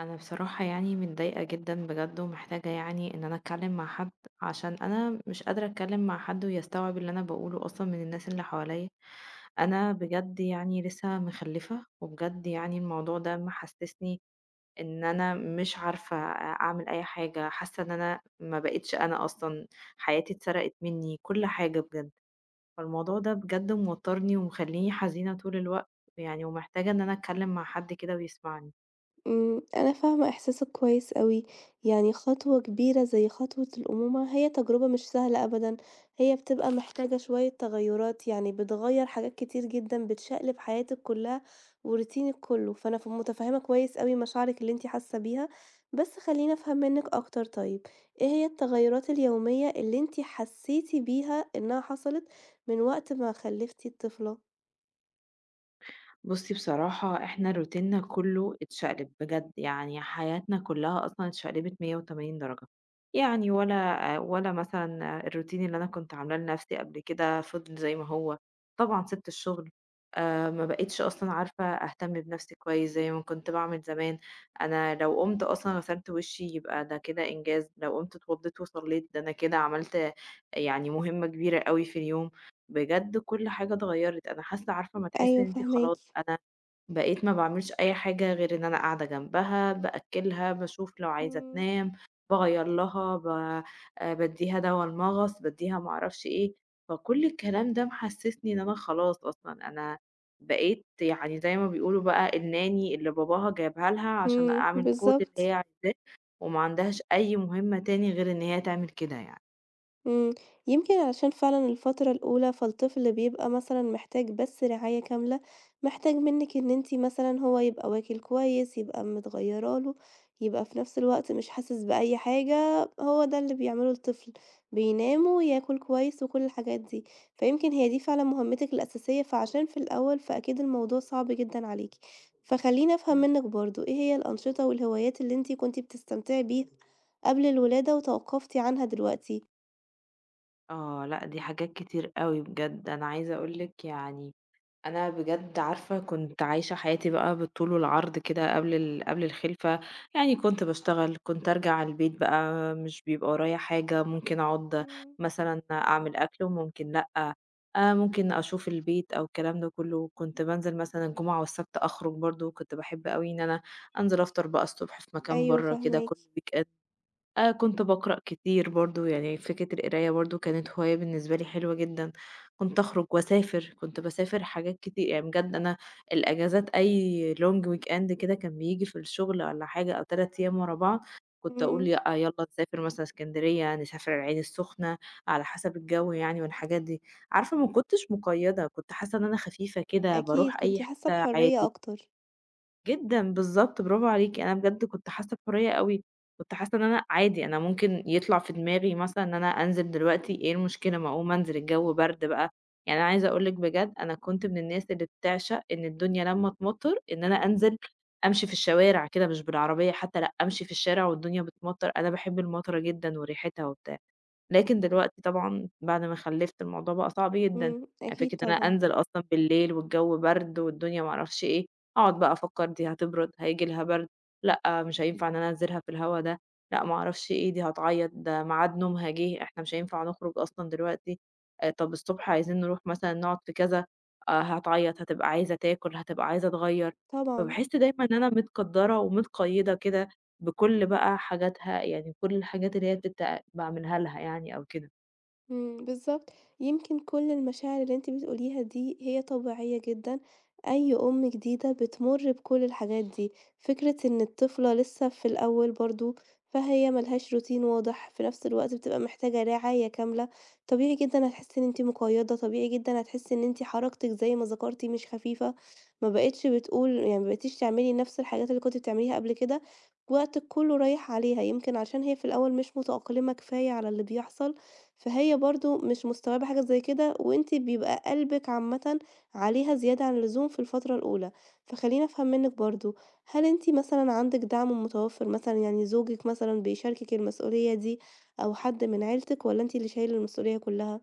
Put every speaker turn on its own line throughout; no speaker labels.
انا بصراحة يعني متضايقة جدا بجد ومحتاجة يعني ان انا اتكلم مع حد عشان انا مش قادرة اتكلم مع حد ويستوعب اللي انا بقوله اصلا من الناس اللي حواليا. انا بجد يعني لسه مخلفة وبجد يعني الموضوع ده محسسني ان انا مش عارفة اعمل اي حاجة، حاسة ان انا ما بقتش انا اصلا. حياتي اتسرقت مني كل حاجة بجد. فالموضوع ده بجد موترني ومخليني حزينة طول الوقت، يعني ومحتاجة ان انا اتكلم مع حد كده ويسمعني.
أنا فاهمة إحساسك كويس أوي، يعني خطوة كبيرة زي خطوة الأمومة هي تجربة مش سهلة أبدًا، هي بتبقى محتاجة شوية تغيُّرات، يعني بتغيّر حاجات كتير جدًا، بتشقلب حياتِك كلها وروتينِك كله، فأنا متفهمة كويس أوي مشاعرِك اللي أنتِ حاسة بيها، بس خلّيني أفهم منِّك أكتر طيب، إيه هي التغيُّرات اليومية اللي أنتِ حسيتِ بيها إنها حصلت من وقت ما خلفتِ الطفلة؟
بُصّي بصراحة إحنا روتيننا كلّه اتشقلب بجد، يعني حياتنا كلّها أصلًا اتشقلبت 180 درجة، يعني ولا مثلًا الروتين اللي أنا كنت عاملاه لنفسي قبل كده فضل زي ما هو، طبعًا سِبت الشغل. ما بقيتش أصلًا عارفة أهتم بنفسي كويس زي ما كنت باعمل زمان، أنا لو قُمت أصلًا غسلت وشي يبقى ده كده إنجاز، لو قُمت اتوضيت وصليت ده أنا كده عملت يعني مهمة كبيرة أوي في اليوم. بجد كل حاجة اتغيّرت، أنا حاسة عارفة أمّا تحسّي
أيوه
إن أنتِ
فاهماكِ.
خلاص أنا بقيت ما باعملش أي حاجة غير إن أنا قاعدة جنبها، بأكّلها، باشوف لو عايزة
إمم.
تنام، باغيّر لها، ب بادّيها دوا المَغَص، بادّيها ما أعرفش إيه، فكل الكلام ده محسّسني إن أنا خلاص أصلًا أنا بقيت يعني زي ما بيقولوا بقى الناني اللي باباها جايبها لها عشان
إمم،
أعمل كل اللي
بالضبط.
هي عايزاه، وما عندهاش أي مهمة تاني غير إن هي تعمل كده يعني.
إمم، يمكن علشان فعلًا الفترة الأولى، فالطفل بيبقى مثلًا محتاج بس رعاية كاملة، محتاج منِّك إن أنتِ مثلًا هو يبقى واكل كويس، يبقى متغيّرة له، يبقى في نفس الوقت مش حاسس بأي حاجة، هو ده اللي بيعمله الطفل، بينام وياكل كويس وكل الحاجات دي، فيمكن هي دي فعلًا مهمتِك الأساسية، فعشان في الأول فأكيد الموضوع صعب جدًا عليكِ، فخلّيني أفهم
بالض
منِّك برضه إيه هي الأنشطة والهوايات اللي أنتِ كنتِ بتستمتعي بيها قبل الولادة وتوقفتِ عنها دلوقتي؟
آه، لأ دي حاجات كتير أوي بجد، أنا عايزة أقول لِك يعني أنا بجد عارفة كنت عايشة حياتي بقى بالطول والعرض كده قبل قبل الخلفة، يعني كنت باشتغل، كنت أرجع البيت بقى مش بيبقى ورايا حاجة، ممكن أقعد
إمم.
مثلًا أعمل أكل وممكن لأ، ممكن أشوف البيت أو الكلام ده كله، كنت بانزل مثلًا الجمعة والسبت أخرج برضه، كنت باحب أوي إن أنا أنزل أفطر بقى الصبح في مكان
أيوه
برّه كده
فاهماكِ.
كل weekend. كنت باقرأ كتير برضه، يعني فكرة القراية برضه كانت هواية بالنسبة لي حلوة جدًا، كنت أخرج وأسافر، كنت باسافر حاجات كتير يعني بجد أنا الأجازات أي long weekend كده كان بييجي في الشغل والّا حاجة أو 3 أيام ورا بعض، كنت أقول
إمم،
يا يالّا نسافر مثلًا إسكندرية، نسافر العين السخنة، على حسب الجو يعني والحاجات دي، عارفة ما كنتش مقيّدة، كنت حاسة إن أنا خفيفة كده
أكيد
باروح أي
كنتِ حاسة
حتة
بحرية
عادي.
أكتر.
جدًا، بالضبط، برافو عليكِ، أنا بجد كنت حاسة بحرية أوي، كنت حاسة إن أنا عادي أنا ممكن يطلع في دماغي مثلًا إن أنا أنزل دلوقتي، إيه المشكلة ما أقوم أنزل الجو برد بقى، يعني أنا عايزة أقول لِك بجد أنا كنت من الناس اللي بتعشق إن الدنيا لمّا تمطّر إن أنا أنزل أمشي في الشوارع كده مش بالعربية حتى لأ، أمشي في الشارع والدنيا بتمطّر، أنا باحب المطرة جدًا وريحتها وبتاع. لكن دلوقتي طبعًا بعد ما خلّفت الموضوع بقى صعب جدًا،
إمم،
يعني
أكيد
فكرة إن أنا
طبعًا.
أنزل أصلًا بالليل والجو برد والدنيا ما أعرفش إيه، أقعد بقى أفكّر دي هتبرد، هييجي لها برد، لأ مش هينفع إن أنا أنزلها في الهوا ده، لأ ما أعرفش إيه، دي هتعيّط، ده ميعاد نومها جه، إحنا مش هينفع نخرج أصلًا دلوقتي، طب الصبح عايزين نروح مثلًا نقعد في كذا، هتعيّط، هتبقى عايزة تاكل، هتبقى عايزة تغيّر،
طبعًا.
فباحس دايمًا إن أنا متقدّرة ومتقيّدة كده بكل بقى حاجاتها، يعني كل الحاجات اللي هي بقى من هَلها يعني أو كده.
إمم، بالضبط، يمكن كل المشاعر اللي أنتِ بتقوليها دي هي طبيعية جدًا، أي أم جديدة بتمُر بكل الحاجات دي، فكرة إن الطفلة لسه في الأول برضه، فهي ما لهاش روتين واضح، في نفس الوقت بتبقى محتاجة رعاية كاملة، طبيعي جدًا هتحسي إن أنتِ مقيّدة، طبيعي جدًا هتحسي إن أنتِ حركتِك زي ما ذكرتِ مش خفيفة، ما بقيتش بتقول يعني ما بقيتيش تعملي نفس الحاجات اللي كنتِ بتعمليها قبل كده، وقتِك كله رايح عليها، يمكن عشان هي في الأول مش متأقلمة كفاية على اللي بيحصل، فهي برضه مش مستوعبة حاجة زي كده، وأنتِ بيبقى قلبِك عامةً عليها زيادة عن اللزوم في الفترة الأولى، فخلّيني أفهم منِّك برضه، هل أنتِ مثلًا عندِك دعم متوفر مثلًا يعني زوجِك مثلًا بيشاركِك المسؤولية دي أو حد من عيلتِك والّا أنتِ اللي شايلة المسؤولية كلّها؟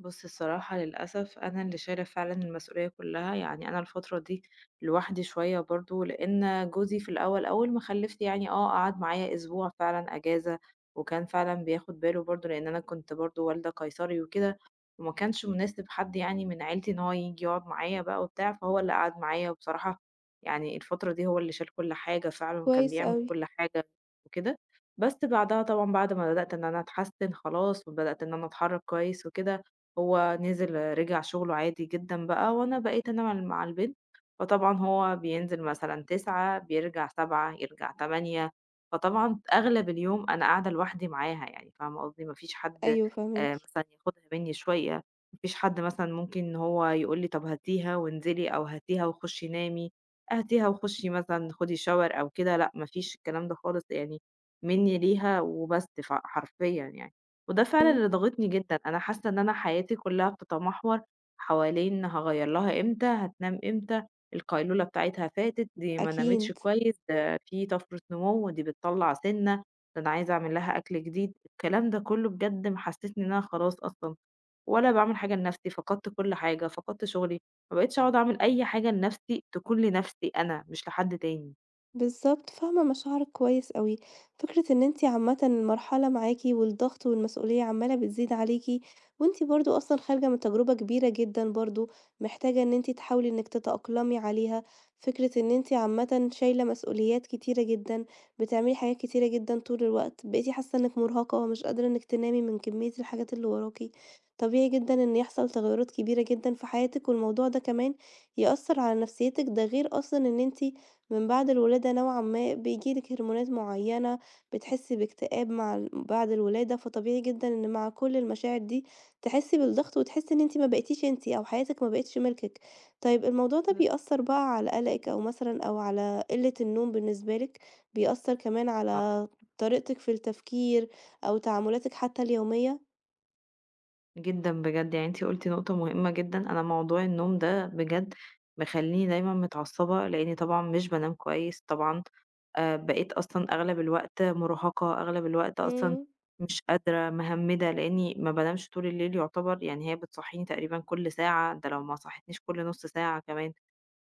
بُص الصراحة للأسف أنا اللي شايلة فعلًا المسؤولية كلّها، يعني أنا الفترة دي لوحدي شوية برضه، لإن جوزي في الأول أول ما خلّفت يعني آه، قعد معايا أسبوع فعلًا إجازة، وكان فعلًا بياخد باله برضه لإن أنا كنت برضه والدة قيصري وكده، وما كانش مناسب حد يعني من عيلتي إن هو ييجي يقعد معايا بقى وبتاع، فهو اللي قعد معايا وبصراحة يعني الفترة دي هو اللي شال كل حاجة فعلًا وكان
كويس
بيعمل
أوي.
كل حاجة وكده، بس بعدها طبعًا بعد ما بدأت إن أنا أتحسن خلاص وبدأت إن أنا أتحرّك كويس وكده هو نزل رجع شغله عادي جدًا بقى، وأنا بقيت أنا مال مع البنت، فطبعًا هو بينزل مثلًا 09:00 بيرجع 07:00 يرجع 08:00، فطبعًا أغلب اليوم أنا قاعدة لوحدي معاها يعني، فاهمة قصدي؟ ما فيش حد
أيوه فاهماكِ.
مثلًا ياخدها مني شوية، ما فيش حد مثلًا ممكن إن هو يقول لي طب هاتيها وانزلي أو هاتيها وخشي نامي، هاتيها وخشي مثلًا خدي shower أو كده، لأ ما فيش الكلام ده خالص يعني مني ليها وبس ف حرفيًا يعني. وده فعلًا
إمم.
اللي ضاغطني جدًا، أنا حاسة إن أنا حياتي كلها بتتمحور حوالين هاغيّر لها إمتى، هتنام إمتى، القيلولة بتاعتها فاتت، دي ما نامتش
أكيد.
كويس، ده في طفرة نمو، دي بتطلّع سِنة، ده أنا عايزة أعمل لها أكل جديد، الكلام ده كله بجد محسسني إن أنا خلاص أصلًا ولا باعمل حاجة لنفسي، فقدت كل حاجة، فقدت شغلي، ما بقيتش أقعد أعمل أي حاجة لنفسي تكون لنفسي أنا مش لحد تاني.
بالضبط، فاهمة مشاعرِك كويس أوي، فكرة إن أنتِ عامةً المرحلة معاكِ والضغط والمسؤولية عمّالة بتزيد عليكِ، وأنتِ برضه أصلًا خارجة من تجربة كبيرة جدًا برضه، محتاجة إن أنتِ تحاولي إنِك تتأقلمي عليها، فكرة إن أنتِ عامةً شايلة مسؤوليات كتيرة جدًا، بتعملي حاجات كتيرة جدًا طول الوقت، بقيتِ حاسة إنِك مرهقة ومش قادرة إنِك تنامي من كمية الحاجات اللي وراكِ، طبيعي جدًا إن يحصل تغيرات كبيرة جدًا في حياتِك، والموضوع ده كمان يأثر على نفسيتِك، ده غير أصلًا إن أنتِ من بعد الولادة نوعًا ما بييجي لِك هرمونات معيّنة، بتحسّي باكتئاب مع ال بعد الولادة، فطبيعي جدًا إن مع كل المشاعر دي تحسّي بالضغط وتحسّي إن أنتِ ما بقيتيش أنتِ أو حياتِك ما بقِتش مِلكِك. طيب الموضوع ده
بالضبط.
بيأثّر بقى على قلقِك أو مثلًا أو على قِلّة النوم بالنسبة لِك، بيأثّر كمان
آه.
على طريقتِك في التفكير أو تعاملاتِك حتى اليومية؟
جدًا بجد، يعني أنتِ قُلتِ نقطة مهمة جدًا، أنا موضوع النوم ده بجد مخلّيني دايمًا متعصبة، لإني طبعًا مش بانام كويس طبعًا، بقيت أصلًا أغلب الوقت مُرهقة، أغلب الوقت أصلًا
إمم.
مش قادرة، مهمّدة، لإني ما بانامش طول الليل يُعتبر، يعني هي بتصحّيني تقريبًا كل ساعة، ده لو ما صحّتنيش كل نُص ساعة كمان.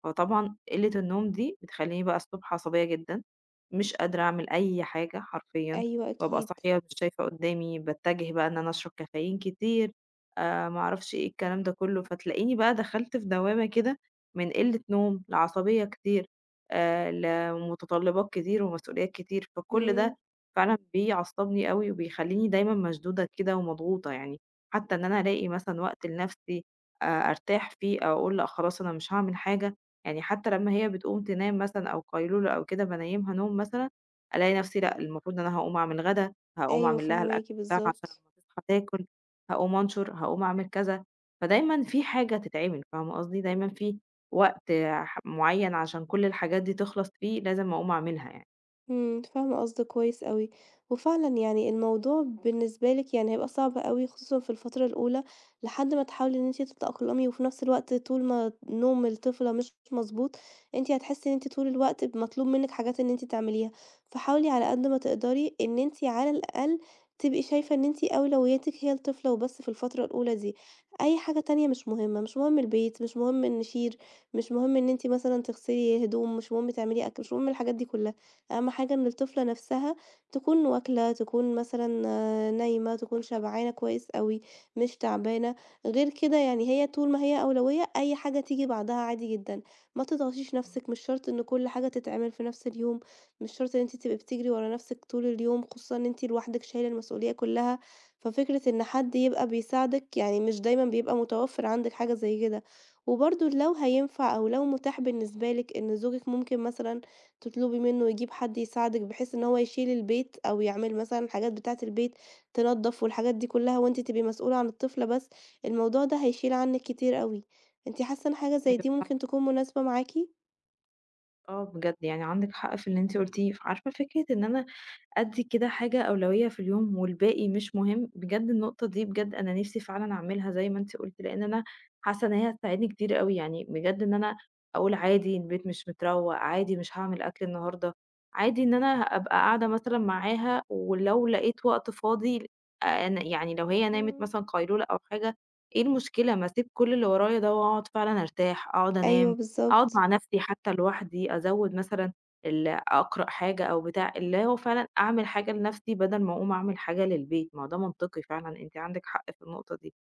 فطبعًا قِلّة النوم دي بتخلّيني بقى الصبح عصبية جدًا، مش قادرة أعمل أي حاجة حرفيًا،
أيوه
بابقى
أكيد.
صاحية مش شايفة قدّامي، باتجه بقى إن أنا أشرب كافيين كتير، ما أعرفش إيه الكلام ده كلّه، فتلاقيني بقى دخلت في دوامة كده من قِلّة نوم، لعصبية كتير، لمتطلبات كتير ومسؤوليات كتير، فكل
إمم،
ده فعلًا بيعصّبني أوي وبيخلّيني دايمًا مشدودة كده ومضغوطة يعني، حتى إن أنا ألاقي مثلًا وقت لنَفْسي أرتاح فيه أو أقول لأ خلاص أنا مش هاعمل حاجة، يعني حتى لمّا هي بتقوم تنام مثلًا أو قيلولة أو كده بانيّمها نوم مثلًا، ألاقي نفسي لأ، المفروض إن أنا هاقوم أعمل غدا، هاقوم
أيوه
أعمل لها الأكل
فاهماكِ
بتاعها عشان
بالضبط.
لمّا تصحى تاكل، هاقوم أنشر، هاقوم أعمل كذا، فدايمًا في حاجة تتعمل، فاهمة قصدي؟ دايمًا في وقت معيّن عشان كل الحاجات دي تخلص فيه لازم أقوم أعملها يعني.
فاهمة قصدِك كويس أوي، وفعلًا يعني الموضوع بالنسبة لِك يعني هيبقى صعب أوي خصوصًا في الفترة الأولى، لحد ما تحاولي إن أنتِ تتأقلمي، وفي نفس الوقت طول ما نوم الطفلة مش مضبوط، أنتِ هتحسي إن أنتِ طول الوقت ب مطلوب منِك حاجات إن أنتِ تعمليها، فحاولي على قد ما تقدري إن أنتِ على الأقل تبقي شايفة إن أنتِ أولوياتِك هي الطفلة وبس في الفترة الأولى دي، أي حاجة تانية مش مهمة، مش مهم البيت، مش مهم النشير، مش مهم إن أنتِ مثلًا تغسلي هدوم، مش مهم تعملي أكل، مش مهم الحاجات دي كلها. أهم حاجة إن الطفلة نفسها تكون واكلة، تكون مثلًا آه، نايمة، تكون شبعانة كويس أوي، مش تعبانة، غير كده يعني هي طول ما هي أولوية أي حاجة تيجي بعدها عادي جدًا، ما تضغطيش نفسِك، مش شرط إن كل حاجة تتعمل في نفس اليوم، مش شرط إن أنتِ تبقي بتجري ورا نفسِك طول اليوم، خصوصًا إن أنتِ لوحدِك شايلة المسؤولية كلها، ففكرة إن حد يبقى بيساعدِك يعني مش دايمًا بيبقى متوفر عندِك حاجة زي كده، وبرضه لو هينفع أو لو متاح بالنسبة لِك إن زوجِك ممكن مثلًا تطلبي منه يجيب حد يساعدِك بحيث إن هو يشيل البيت أو يعمل مثلًا الحاجات بتاعة البيت، تنضّف والحاجات دي كلّها وأنتِ تبقي مسؤولة عن الطفلة بس، الموضوع ده هيشيل عنِّك كتير أوي. أنتِ حاسة إن حاجة زي دي
أيوه
ممكن
فاهمة،
تكون مناسبة معاكِ؟
آه بجد يعني عندِك حق في اللي أنتِ قُلتيه. عارفة فكرة إن أنا أدّي كده حاجة أولوية في اليوم والباقي مش مهم، بجد النقطة دي بجد أنا نِفْسي فعلًا أعملها زي ما أنتِ قُلتِ، لإن أنا حاسة إن هي هتساعدني كتير أوي، يعني بجد إن أنا أقول عادي البيت مش متروّق، عادي مش هاعمل أكل النهارده، عادي إن أنا أبقى قاعدة مثلًا معاها ولو لقيت وقت فاضي آه، أنا يعني لو هي نامت
إمم.
مثلًا قيلولة أو حاجة، إيه المشكلة ما أسيب كل اللي ورايا ده وأقعد فعلًا أرتاح، أقعد
أيوه
أنام، أقعد
بالضبط.
مع نَفْسي حتى لوحدي، أزوّد مثلًا أقرأ حاجة أو بتاع، اللي هو فعلًا أعمل حاجة لنفسي بدل ما أقوم أعمل حاجة للبيت، ما هو ده منطقي فعلًا، أنتِ عندِك حق في النقطة دي.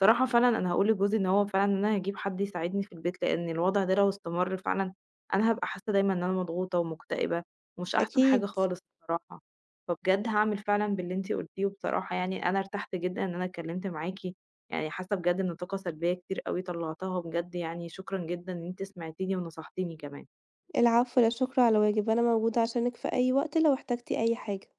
بصراحة فعلًا أنا هاقول لجوزي إن هو فعلًا إن أنا هاجيب حد يساعدني في البيت، لإن الوضع ده لو استمر فعلًا أنا هابقى حاسة دايمًا إن أنا مضغوطة ومكتئبة، ومش أحسن حاجة
أكيد.
خالص بصراحة. فبجد هاعمل فعلًا باللي أنتِ قُلتيه، وبصراحة يعني أنا ارتحت جدًا إن أنا اتكلمت معاكِ، يعني حاسة بجد إن طاقة سلبية كتير أوي طلّعتها بجد يعني، شكرًا جدًا إن أنتِ سمعتيني ونصحتيني كمان.
العفو، لا شكر على واجب، أنا موجودة عشانِك في أي وقت لو احتجتِ أي حاجة.